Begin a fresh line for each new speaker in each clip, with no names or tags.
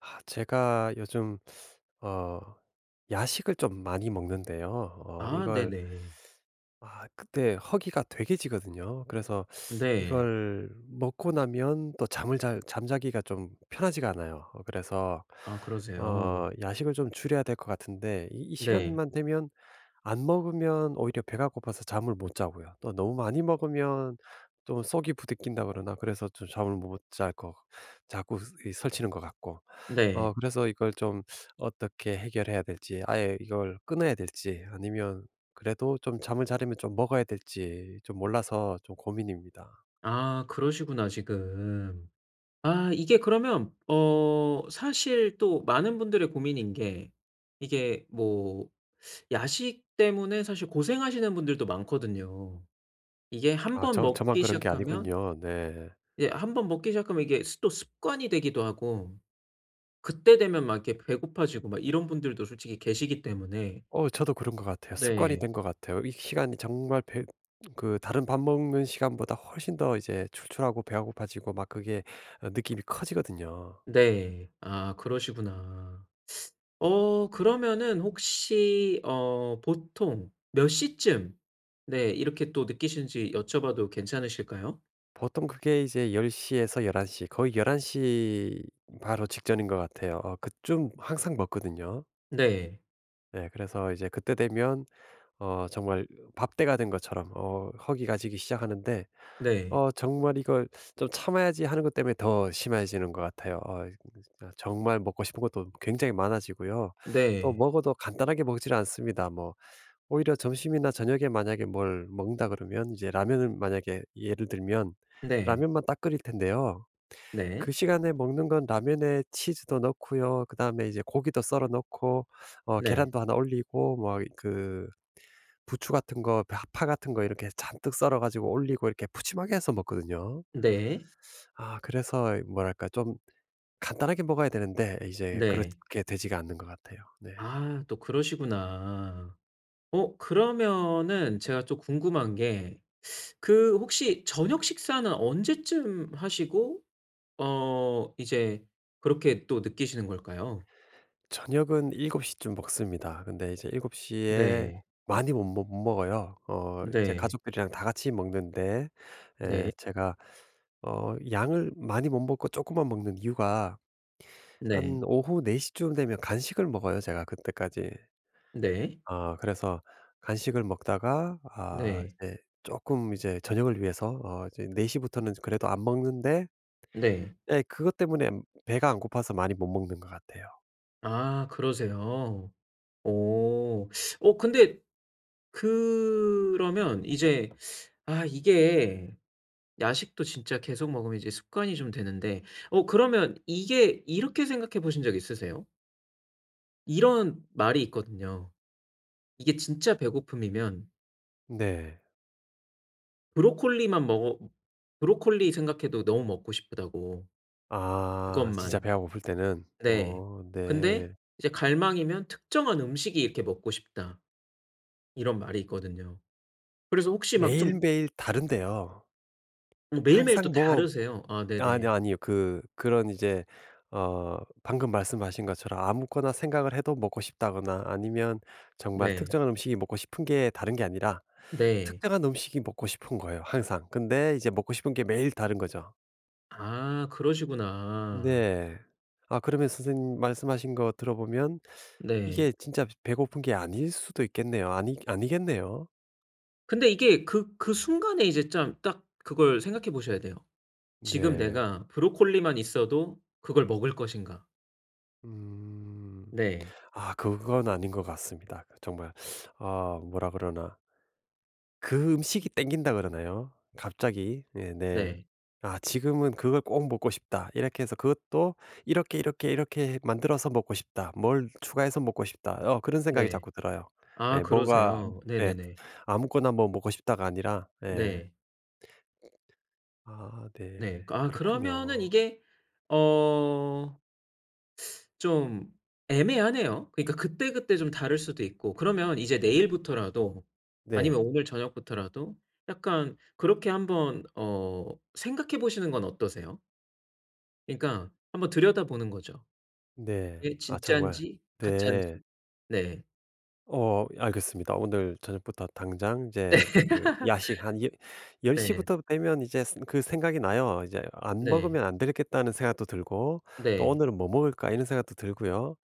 제가 요즘 어 야식을 좀 많이 먹는데요. 어
아 네
이걸
네.
아 그때 허기가 되게 지거든요. 그래서
네.
이걸 먹고 나면 또 잠을 잘 잠자기가 좀 편하지가 않아요. 어 그래서
아 그러세요.
어 야식을 좀 줄여야 될 것 같은데 이
네.
시간만 되면 안 먹으면 오히려 배가 고파서 잠을 못 자고요. 또 너무 많이 먹으면 좀 속이 부대낀다 그러나, 그래서 좀 잠을 못 잘 거 자꾸 이 설치는 것 같고,
네.
그래서 이걸 좀 어떻게 해결해야 될지, 아예 이걸 끊어야 될지, 아니면 그래도 좀 잠을 자려면 좀 먹어야 될지 좀 몰라서 좀 고민입니다.
아 그러시구나 지금. 아 이게 그러면 사실 또 많은 분들의 고민인 게 이게 뭐 야식 때문에 사실 고생하시는 분들도 많거든요. 이게 한
아
번
저만
먹기
그런 게
시작하면
아니군요. 네.
이제 한 번 먹기 시작하면 이게 습 또 습관이 되기도 하고 그때 되면 막 이렇게 배고파지고 막 이런 분들도 솔직히 계시기 때문에
저도 그런 것 같아요. 습관이
네.
된 것 같아요. 이 시간이 정말 배 그 다른 밥 먹는 시간보다 훨씬 더 이제 출출하고 배가 고파지고 막 그게 느낌이 커지거든요.
네. 아 그러시구나. 그러면은 혹시 보통 몇 시쯤 네 이렇게 또 느끼시는지 여쭤봐도 괜찮으실까요?
보통 그게 이제 10시에서 11시, 거의 11시 바로 직전인 것 같아요. 그쯤 항상 먹거든요.
네.
네. 그래서 이제 그때 되면 정말 밥때가 된 것처럼 허기가지기 시작하는데
네.
정말 이걸 '좀 참아야지.' 하는 것 때문에 더 심해지는 것 같아요. 아, 정말 먹고 싶은 것도 굉장히 많아지고요. 또
네.
먹어도 간단하게 먹지를 않습니다. 뭐 오히려 점심이나 저녁에 만약에 뭘 먹는다 그러면 이제 라면을 만약에 예를 들면
네.
라면만 딱 끓일 텐데요.
네.
그 시간에 먹는 건 라면에 치즈도 넣고요. 그다음에 이제 고기도 썰어 넣고
네.
계란도 하나 올리고, 뭐 그 부추 같은 거, 파 같은 거 이렇게 잔뜩 썰어 가지고 올리고 이렇게 푸짐하게 해서 먹거든요.
네.
아 그래서 뭐랄까 좀 간단하게 먹어야 되는데 이제
네.
그렇게 되지가 않는 것 같아요. 네.
아 또 그러시구나. 그러면은 제가 또 궁금한 게 그 혹시 저녁 식사는 언제쯤 하시고 어 이제 그렇게 또 느끼시는 걸까요?
저녁은 7시쯤 먹습니다. 근데 이제 7시에
네.
많이 못 먹어요. 이제
네.
가족들이랑 다 같이 먹는데 에
네.
제가 양을 많이 못 먹고 조금만 먹는 이유가, 한
네.
오후 4 시쯤 되면 간식을 먹어요, 제가 그때까지.
네.
아 그래서 간식을 먹다가
네.
조금 이제 저녁을 위해서 이제 4 시부터는 그래도 안 먹는데,
네.
예 그것 때문에 배가 안 고파서 많이 못 먹는 것 같아요.
아 그러세요. 오 근데 그러면 이제 아 이게 야식도 진짜 계속 먹으면 이제 습관이 좀 되는데 그러면 이게 이렇게 생각해 보신 적 있으세요? 이런 말이 있거든요. 이게 진짜 배고픔이면
네.
브로콜리만 먹어 브로콜리 생각해도 너무 먹고 싶다고
아 진짜
그것만.
배가 고플 때는.
네. 근데
네.
이제 갈망이면 특정한 음식이 이렇게 먹고 싶다. 이런 말이 있거든요. 그래서 혹시 막 좀
매일매일 다른데요.
뭐 매일매일 또
항상 뭐
다르세요? 아
아니,
네네.
아니요. 그 그런 이제 어 방금 말씀하신 것처럼 아무거나 생각을 해도 먹고 싶다거나, 아니면 정말
네.
특정한 음식이 먹고 싶은 게, 다른 게 아니라
네.
특정한 음식이 먹고 싶은 거예요 항상. 근데 이제 먹고 싶은 게 매일 다른 거죠.
아 그러시구나.
네. 아 그러면 선생님 말씀하신 거 들어보면
네.
이게 진짜 배고픈 게 아닐 수도 있겠네요. 아니 아니겠네요.
근데 이게 그 그 순간에 이제 참 딱 그걸 생각해 보셔야 돼요. '지금
네.
내가 브로콜리만 있어도 그걸 먹을 것인가?'
음.
네.
아 그건 아닌 것 같습니다. 그 정말 아 뭐라 그러나, 그 음식이 땡긴다 그러나요? 갑자기. 예 네. 네.
네.
아 지금은 그걸 꼭 먹고 싶다. 이렇게 해서 그것도 이렇게, 이렇게, 이렇게 만들어서 먹고 싶다. 뭘 추가해서 먹고 싶다. 그런 생각이
네.
자꾸 들어요. 예
아
뭐가
그러세요.
예
네네네.
아무거나 뭐 먹고 싶다가 아니라, 예.
네.
아 네.
네. 아 그러면은
그렇군요.
이게 어 좀 애매하네요. 그러니까 그때그때 좀 다를 수도 있고 그러면 이제 내일부터라도
네.
아니면 오늘 저녁부터라도 약간 그렇게 한번 생각해 보시는 건 어떠세요? 그러니까 한번 들여다보는 거죠.
네.
이게
아 정말
진짠지
네.
가짠지. 네.
알겠습니다. 오늘 저녁부터 당장 이제 그 야식 열시
네.
시부터 되면 이제 스 그 생각이 나요. 이제 '안
네.
먹으면 안 되겠다.'는 생각도 들고 또
네.
'오늘은 뭐 먹을까?' 이런 생각도 들고요.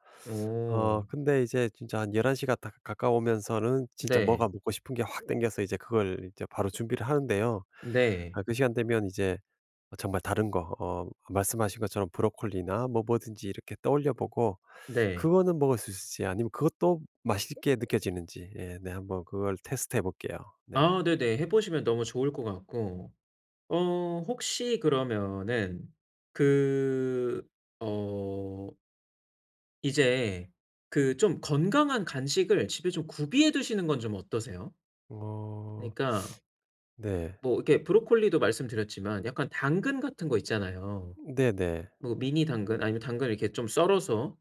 어.
근데 이제 진짜 한 11시가 다 가까우면서는 진짜 뭐가
네.
먹고 싶은 게 확 땡겨서 이제 그걸 이제 바로 준비를 하는데요.
네.
아 그 시간 되면 이제 정말 다른 거, 말씀하신 것처럼 브로콜리나 뭐 뭐든지 이렇게 떠올려 보고,
네.
그거는 먹을 수 있을지 아니면 그것도 맛있게 느껴지는지 예 네 한번 그걸 테스트해 볼게요. 네.
아 네네. 해 보시면 너무 좋을 것 같고 혹시 그러면은 그어 이제 그 좀 건강한 간식을 집에 좀 구비해 두시는 건 좀 어떠세요?
어
그러니까
네.
뭐 이렇게 브로콜리도 말씀드렸지만 약간 당근 같은 거 있잖아요.
네 네.
뭐 미니 당근 아니면 당근 이렇게 좀 썰어서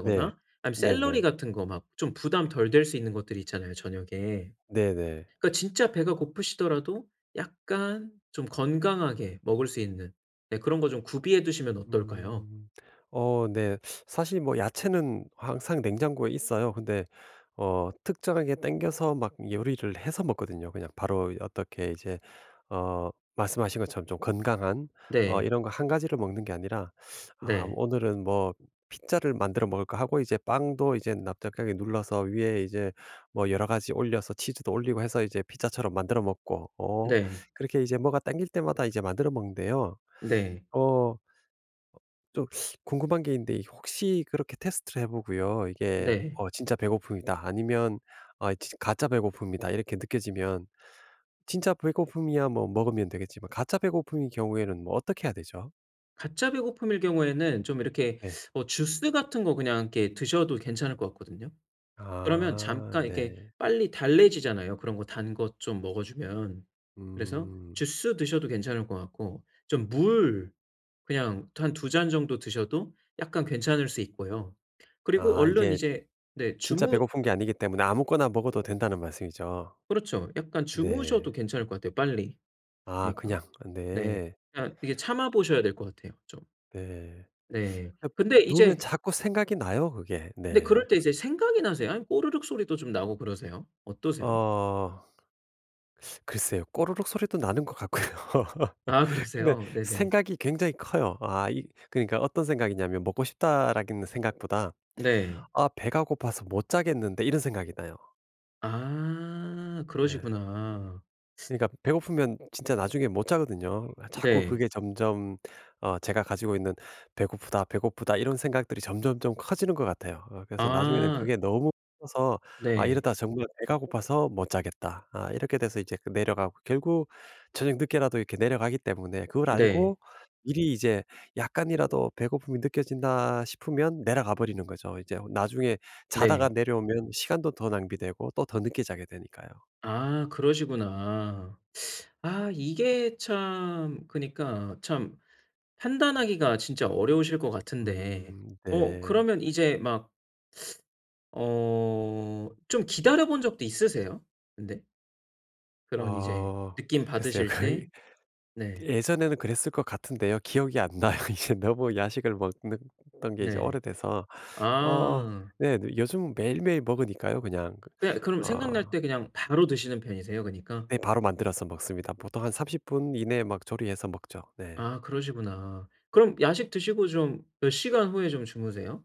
네.
아니면
네 네. 네네.
샐러리 같은 거 막 좀 부담 덜 될 수 있는 것들이 있잖아요, 저녁에.
네네.
그러니까 진짜 배가 고프시더라도 약간 좀 건강하게 먹을 수 있는 네 그런 거 좀 구비해 두시면 어떨까요?
음. 어 네. 사실 뭐 야채는 항상 냉장고에 있어요. 근데 특정하게 땡겨서 막 요리를 해서 먹거든요. 그냥 바로 어떻게 이제 어 말씀하신 것처럼 좀 건강한
네.
이런 거 한 가지를 먹는 게 아니라 '아
네.
오늘은 뭐 피자를 만들어 먹을까.' 하고 이제 빵도 이제 납작하게 눌러서 위에 이제 뭐 여러 가지 올려서 치즈도 올리고 해서 이제 피자처럼 만들어 먹고,
네.
그렇게 이제 뭐가 땡길 때마다 이제 만들어 먹는데요.
네.
어 좀 궁금한 게 있는데 혹시 그렇게 테스트를 해 보고요. 이게
네.
어 '진짜 배고픔이다.' 아니면 아 진 '가짜 배고픔이다.' 이렇게 느껴지면, 진짜 배고픔이야 뭐 먹으면 되겠지만 가짜 배고픔인 경우에는 뭐 어떻게 해야 되죠?
가짜 배고픔일 경우에는 좀 이렇게
네.
주스 같은 거 그냥 이렇게 드셔도 괜찮을 것 같거든요. 그러면
아
잠깐 이렇게
네.
빨리 달래지잖아요 그런 거 단 것 좀 먹어 주면. 그래서
음.
주스 드셔도 괜찮을 것 같고 좀 물 그냥 한 두 잔 정도 드셔도 약간 괜찮을 수 있고요. 그리고
아
얼른
이게
이제 네
진짜
주무
배고픈 게 아니기 때문에 아무거나 먹어도 된다는 말씀이죠?
그렇죠. 약간 주무셔도
네.
괜찮을 것 같아요 빨리.
아
그니까.
그냥.
네.
네.
그냥 이게 참아 보셔야 될 것 같아요 좀.
네.
네.
그
근데
누우면
이제
자꾸 생각이 나요 그게.
근데
네.
그럴 때 이제 생각이 나세요? 아니면 꼬르륵 소리도 좀 나고 그러세요? 어떠세요?
어. 글쎄요. 꼬르륵 소리도 나는 것 같고요.
아
근데
그러세요? 네네.
생각이 굉장히 커요. 아 이 그러니까 어떤 생각이냐면 먹고 싶다라는 생각보다
네.
'아 배가 고파서 못 자겠는데.' 이런 생각이 나요.
아
예.
그러시구나.
그러니까 배고프면 진짜 나중에 못 자거든요. 아 자꾸
네.
그게 점점 제가 가지고 있는 '배고프다, 배고프다.' 이런 생각들이 점점점 커지는 것 같아요. 그래서 나중에는
아
그게 너무 커서 '아
네.
이러다 정말 배가 고파서 못 자겠다.' 아 이렇게 돼서 이제 그 내려가고 결국 저녁 늦게라도 이렇게 내려가기 때문에, 그걸
네.
알고 미리 이제 약간이라도 '배고픔이 느껴진다.' 싶으면 내려가 버리는 거죠. 이제 나중에 자다가
네.
내려오면 시간도 더 낭비되고 또 더 늦게 자게 되니까요.
아 그러시구나. 아 이게 참 그니까 참 판단하기가 진짜 어려우실 것 같은데
네.
그러면 이제 막 좀 기다려 본 적도 있으세요? 근데 그런 이제
어
느낌
글쎄요.
받으실
그
때? 네.
예전에는 그랬을 것 같은데요. 기억이 안 나요. 이제 너무 야식을 먹는 던 게 이제
네.
오래돼서. 어
아.
네. 요즘 매일매일 먹으니까요 그냥. 그
그냥 그럼 생각날
어
때 그냥 바로 드시는 편이세요 그니까?
네 바로 만들어서 먹습니다. 보통 한 30분 이내에 막 조리해서 먹죠. 네.
아 그러시구나. 그럼 야식 드시고 좀 몇 시간 후에 좀 주무세요?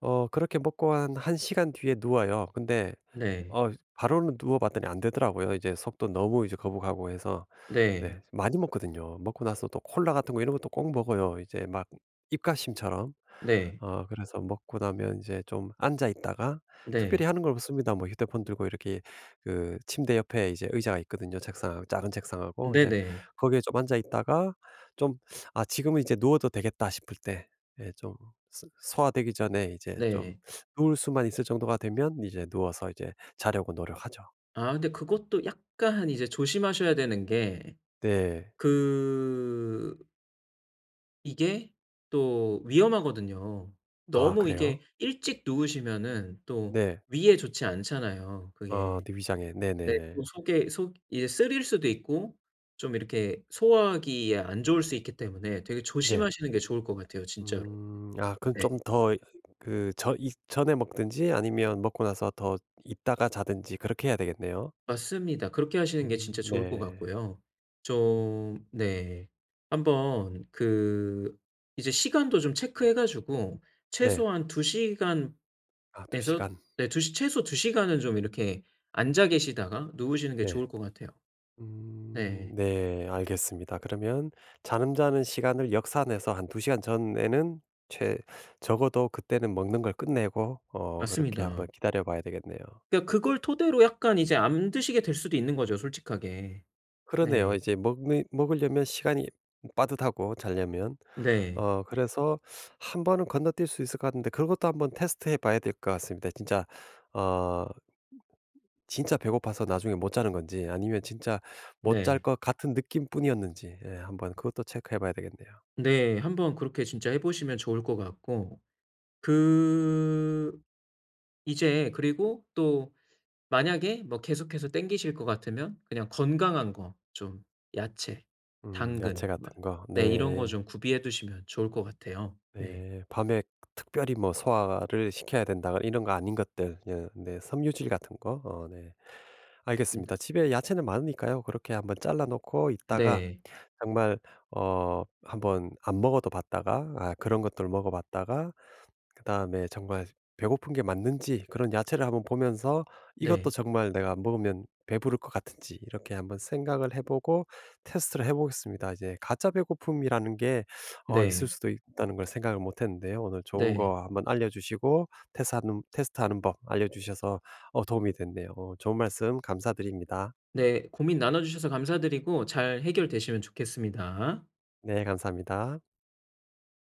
그렇게 먹고 한 1 시간 뒤에 누워요. 근데
네.
어 바로는 누워 봤더니 안 되더라고요. 이제 속도 너무 이제 거북하고 해서
네.
네 많이 먹거든요. 먹고 나서 또 콜라 같은 거 이런 것도 꼭 먹어요. 이제 막 입가심처럼.
네.
그래서 먹고 나면 이제 좀 앉아 있다가 특별히
네.
하는 걸 없습니다. 뭐 휴대폰 들고 이렇게 그 침대 옆에 이제 의자가 있거든요. 책상, 작은 책상하고 이제
네네.
거기에 좀 앉아 있다가 좀 '아 지금은 이제 누워도 되겠다.' 싶을 때 예 좀 소 소화되기 전에 이제 좀
네.
누울 수만 있을 정도가 되면 이제 누워서 이제 자려고 노력하죠.
아 근데 그것도 약간 이제 조심하셔야 되는 게
네.
그 이게 또 위험하거든요.
아
너무
그래요?
이게 일찍 누우시면은 또
네.
위에 좋지 않잖아요
어
그게.
네 위장에.
네. 또
네네.
속에 속 이제 쓰릴 수도 있고 좀 이렇게 소화하기에 안 좋을 수 있기 때문에 되게
네.
조심하시는 게 좋을 것 같아요 진짜로.
음. 아 그럼
네.
좀 더 그 저 이전에 먹든지 아니면 먹고 나서 더 있다가 자든지 그렇게 해야 되겠네요.
맞습니다. 그렇게 하시는 게 진짜 좋을 것
네.
같고요. 좀 네. 한번 그 이제 시간도 좀 체크해 가지고
네.
최소한 2 시간에서
아 2 시간.
네 두 시 최소 2 시간은 좀 이렇게 앉아 계시다가 누우시는 게
네.
좋을 것 같아요.
음
네.
네 알겠습니다. 그러면 잠자는 시간을 역산해서 한 2 시간 전에는 최 적어도 그때는 먹는 걸 끝내고 그렇게 한번
맞습니다.
기다려 봐야 되겠네요.
그러니까 그걸 토대로 약간 이제 안 드시게 될 수도 있는 거죠 솔직하게.
그러네요.
네.
이제 먹는 먹으려면 시간이 빠듯하고 자려면.
네.
그래서 한 번은 건너뛸 수 있을 것 같은데 그것도 한번 테스트해 봐야 될 것 같습니다. 진짜 어 진짜 배고파서 나중에 못 자는 건지 아니면 진짜 못 잘
네.
것 같은 느낌뿐이었는지 예 한번 그것도 체크해 봐야 되겠네요.
네. 한번 그렇게 진짜 해 보시면 좋을 것 같고 그 이제 그리고 또 만약에 뭐 계속해서 땡기실 것 같으면 그냥 건강한 거 좀 야채,
야채
당근 막
같은 거.
네 이런 거
네.
좀 구비해 두시면 좋을 것 같아요. 네.
네. 밤에 특별히 뭐 소화를 시켜야 된다거나 이런 거 아닌 것들. 예 네. 섬유질 같은 거. 어 네.
음
알겠습니다. 집에 야채는 많으니까요. 그렇게 한번 잘라 놓고 있다가
네.
정말 한번 안 먹어도 봤다가 아 그런 것들 먹어 봤다가 그다음에 정말 배고픈 게 맞는지, 그런 야채를 한번 보면서 이것도
네.
정말 내가 먹으면 배부를 것 같은지 이렇게 한번 생각을 해보고 테스트를 해보겠습니다. 이제 가짜 배고픔이라는 게 어, 있을
네.
수도 있다는 걸 생각을 못했는데요. 오늘 좋은
네.
거 한번 알려주시고 테스트하는 법 알려주셔서 어, 도움이 됐네요. 어, 좋은 말씀 감사드립니다.
네. 고민 나눠 주셔서 감사드리고 잘 해결되시면 좋겠습니다.
네, 감사합니다.